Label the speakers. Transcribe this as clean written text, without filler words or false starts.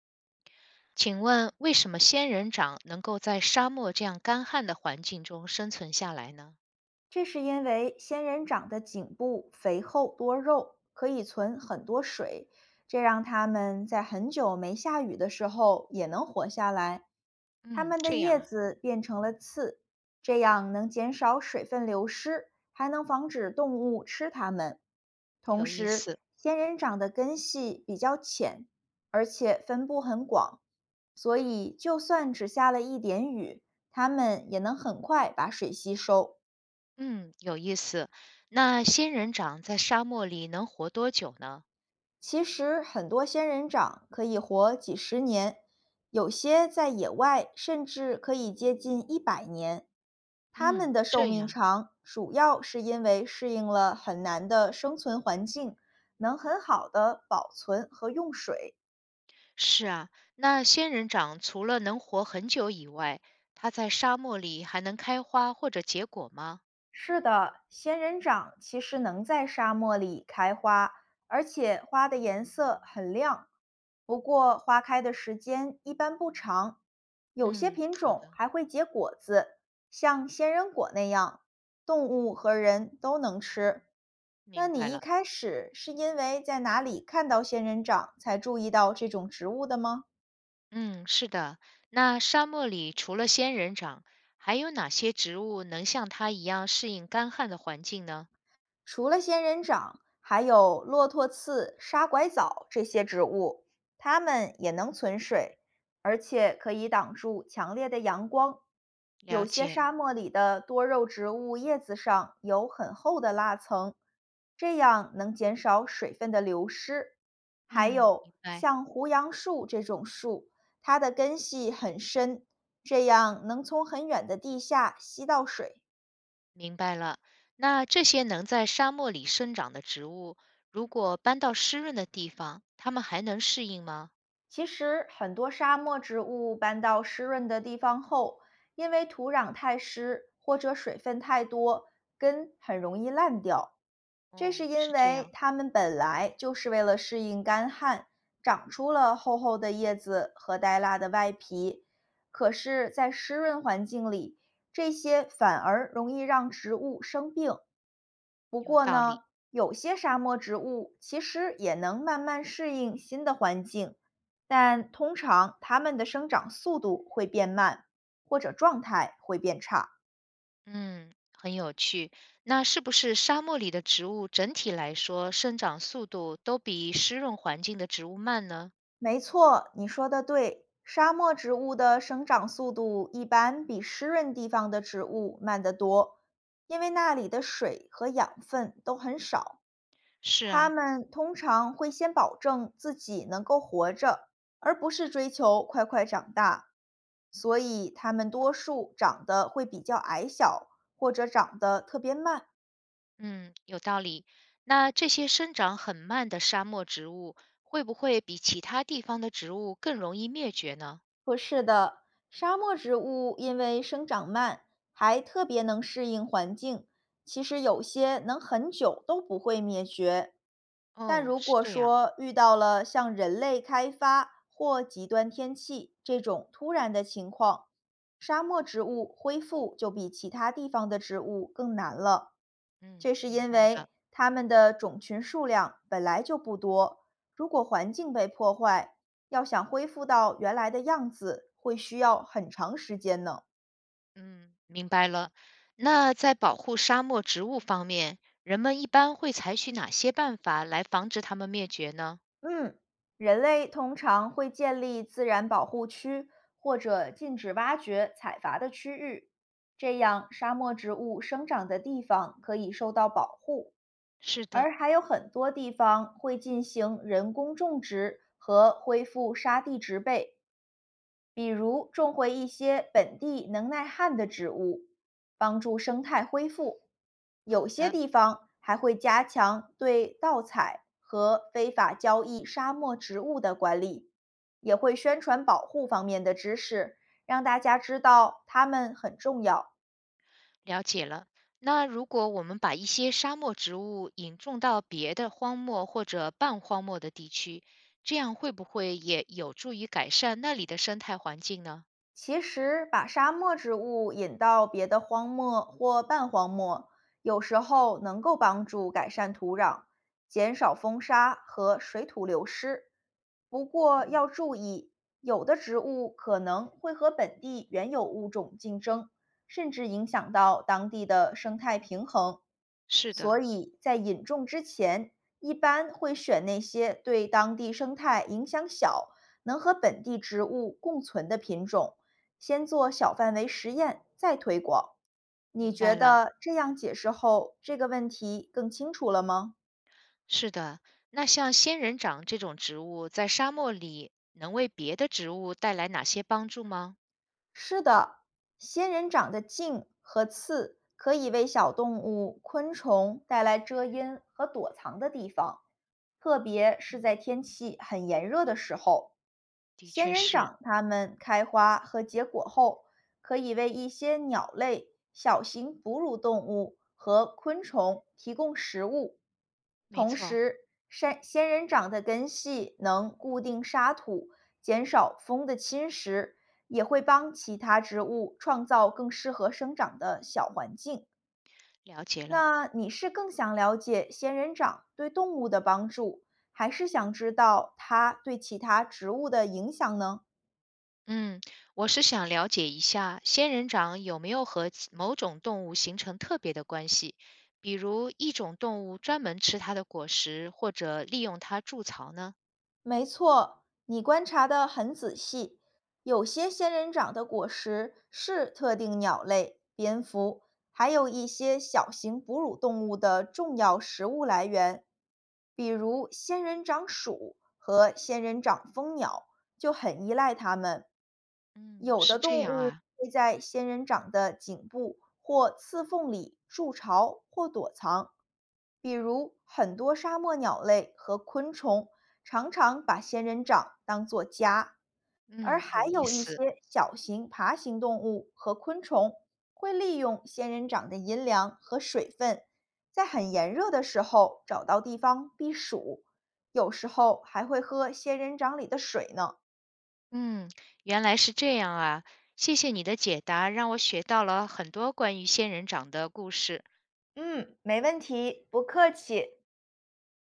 Speaker 1: 请问为什么仙人掌能够在沙漠这样干旱的环境中生存下来呢？
Speaker 2: 这是因为仙人掌的颈部肥厚多肉，可以存很多水，这让它们在很久没下雨的时候也能活下来。它
Speaker 1: 嗯，
Speaker 2: 们的
Speaker 1: 这样
Speaker 2: 叶
Speaker 1: 啊，
Speaker 2: 子变成了刺，这样能减少水分流失，还能防止动物吃它们。同
Speaker 1: 有意
Speaker 2: 时，
Speaker 1: 思。
Speaker 2: 仙人掌的根系比较浅，而且分布很广，所以就算只下了一点雨，它们也能很快把水吸收。
Speaker 1: 嗯，有意思。那仙人掌在沙漠里能活多久呢？
Speaker 2: 其实很多仙人掌可以活几十年，有些在野外甚至可以接近100年。它们
Speaker 1: 嗯，
Speaker 2: 的寿
Speaker 1: 这
Speaker 2: 命
Speaker 1: 样
Speaker 2: 长，主要是因为适应了很难的生存环境，能很好的保存和用水。
Speaker 1: 是啊。那仙人掌除了能活很久以外，它在沙漠里还能开花或者结果吗？
Speaker 2: 是的，仙人掌其实能在沙漠里开花，而且花的颜色很亮。不过花开的时间一般不长，有些
Speaker 1: 嗯，
Speaker 2: 品
Speaker 1: 好
Speaker 2: 种
Speaker 1: 的，
Speaker 2: 还会结果子，像仙人果那样，动物和人都能吃。那
Speaker 1: 明白
Speaker 2: 你一
Speaker 1: 了。
Speaker 2: 开始是因为在哪里看到仙人掌才注意到这种植物的吗？
Speaker 1: 嗯，是的。那沙漠里除了仙人掌，还有哪些植物能像它一样适应干旱的环境呢？
Speaker 2: 除了仙人掌，还有骆驼刺、沙拐枣这些植物，它们也能存水，而且可以挡住强烈的阳光。有
Speaker 1: 了
Speaker 2: 些
Speaker 1: 解，
Speaker 2: 沙漠里的多肉植物叶子上有很厚的蜡层，这样能减少水分的流失。还
Speaker 1: 嗯，
Speaker 2: 有
Speaker 1: 明白，
Speaker 2: 像胡杨树这种树，它的根系很深，这样能从很远的地下吸到水。
Speaker 1: 明白了。那这些能在沙漠里生长的植物，如果搬到湿润的地方，它们还能适应吗？
Speaker 2: 其实，很多沙漠植物搬到湿润的地方后，因为土壤太湿或者水分太多，根很容易烂掉。这
Speaker 1: 哦，
Speaker 2: 是因
Speaker 1: 是这
Speaker 2: 为
Speaker 1: 样，
Speaker 2: 它们本来就是为了适应干旱，长出了厚厚的叶子和带蜡的外皮。可是，在湿润环境里，这些反而容易让植物生病，不
Speaker 1: 有
Speaker 2: 过
Speaker 1: 道理。
Speaker 2: 呢，有些沙漠植物其实也能慢慢适应新的环境，但通常它们的生长速度会变慢，或者状态会变差。
Speaker 1: 嗯，很有趣。那是不是沙漠里的植物整体来说生长速度都比湿润环境的植物慢呢？
Speaker 2: 没错，你说的对，沙漠植物的生长速度一般比湿润地方的植物慢得多，因为那里的水和养分都很少。
Speaker 1: 是
Speaker 2: 他
Speaker 1: 啊，
Speaker 2: 们通常会先保证自己能够活着，而不是追求快快长大，所以他们多数长得会比较矮小，或者长得特别慢。
Speaker 1: 嗯，有道理。那这些生长很慢的沙漠植物，会不会比其他地方的植物更容易灭绝呢？
Speaker 2: 不是的，沙漠植物因为生长慢，还特别能适应环境，其实有些能很久都不会灭绝。但
Speaker 1: 哦，
Speaker 2: 如
Speaker 1: 是
Speaker 2: 果
Speaker 1: 这样。
Speaker 2: 说遇到了像人类开发或极端天气这种突然的情况，沙漠植物恢复就比其他地方的植物更难了。
Speaker 1: 嗯，
Speaker 2: 这是
Speaker 1: 明
Speaker 2: 因
Speaker 1: 白了。
Speaker 2: 为它们的种群数量本来就不多，如果环境被破坏，要想恢复到原来的样子，会需要很长时间呢。
Speaker 1: 嗯，明白了。那在保护沙漠植物方面，人们一般会采取哪些办法来防止它们灭绝呢？
Speaker 2: 嗯，人类通常会建立自然保护区或者禁止挖掘、采伐的区域，这样沙漠植物生长的地方可以受到保护。
Speaker 1: 是的，
Speaker 2: 而还有很多地方会进行人工种植和恢复沙地植被，比如种回一些本地能耐旱的植物，帮助生态恢复。有
Speaker 1: 好
Speaker 2: 些
Speaker 1: 的。
Speaker 2: 地方还会加强对盗采和非法交易沙漠植物的管理，也会宣传保护方面的知识，让大家知道它们很重要。
Speaker 1: 了解了。那如果我们把一些沙漠植物引种到别的荒漠或者半荒漠的地区，这样会不会也有助于改善那里的生态环境呢？
Speaker 2: 其实，把沙漠植物引到别的荒漠或半荒漠，有时候能够帮助改善土壤，减少风沙和水土流失。不过
Speaker 1: 嗯，
Speaker 2: 要注意，有的植物可能会和本地原有物种竞争，甚至影响到当地的生态平衡。
Speaker 1: 是
Speaker 2: 所
Speaker 1: 的，
Speaker 2: 以在引种之前，一般会选那些对当地生态影响小、能和本地植物共存的品种。先做小范围实验，再推广。你
Speaker 1: 明
Speaker 2: 觉
Speaker 1: 白了，
Speaker 2: 得这样解释后，这个问题更清楚了吗？
Speaker 1: 是的。那像仙人掌这种植物，在沙漠里能为别的植物带来哪些帮助吗？
Speaker 2: 是的，仙人掌的茎和刺可以为小动物、昆虫带来遮阴和躲藏的地方，特别是在天气很炎热的时候。
Speaker 1: 的
Speaker 2: 仙
Speaker 1: 确
Speaker 2: 人
Speaker 1: 是。
Speaker 2: 掌它们开花和结果后，可以为一些鸟类、小型哺乳动物和昆虫提供食物。
Speaker 1: 没
Speaker 2: 同
Speaker 1: 错，
Speaker 2: 时，山仙人掌的根系能固定沙土，减少风的侵蚀，也会帮其他植物创造更适合生长的小环境。
Speaker 1: 了解了。
Speaker 2: 那你是更想了解仙人掌对动物的帮助，还是想知道它对其他植物的影响呢？
Speaker 1: 嗯，我是想了解一下仙人掌有没有和其某种动物形成特别的关系，比如一种动物专门吃它的果实，或者利用它筑巢呢？
Speaker 2: 没错，你观察得很仔细。有些仙人掌的果实是特定鸟类、蝙蝠，还有一些小型哺乳动物的重要食物来源，比如仙人掌鼠和仙人掌蜂鸟就很依赖它们。
Speaker 1: 嗯，
Speaker 2: 有
Speaker 1: 是
Speaker 2: 的
Speaker 1: 这
Speaker 2: 动
Speaker 1: 样
Speaker 2: 物
Speaker 1: 啊。
Speaker 2: 会在仙人掌的颈部或刺缝里筑巢或躲藏，比如很多沙漠鸟类和昆虫常常把仙人掌当作家，而
Speaker 1: 嗯，
Speaker 2: 还
Speaker 1: 有意
Speaker 2: 有一
Speaker 1: 思。
Speaker 2: 些小型爬行动物和昆虫会利用仙人掌的阴凉和水分，在很炎热的时候找到地方避暑，有时候还会喝仙人掌里的水呢。
Speaker 1: 嗯，原来是这样啊。谢谢你的解答，让我学到了很多关于仙人掌的故事。
Speaker 2: 嗯，没问题，不客气。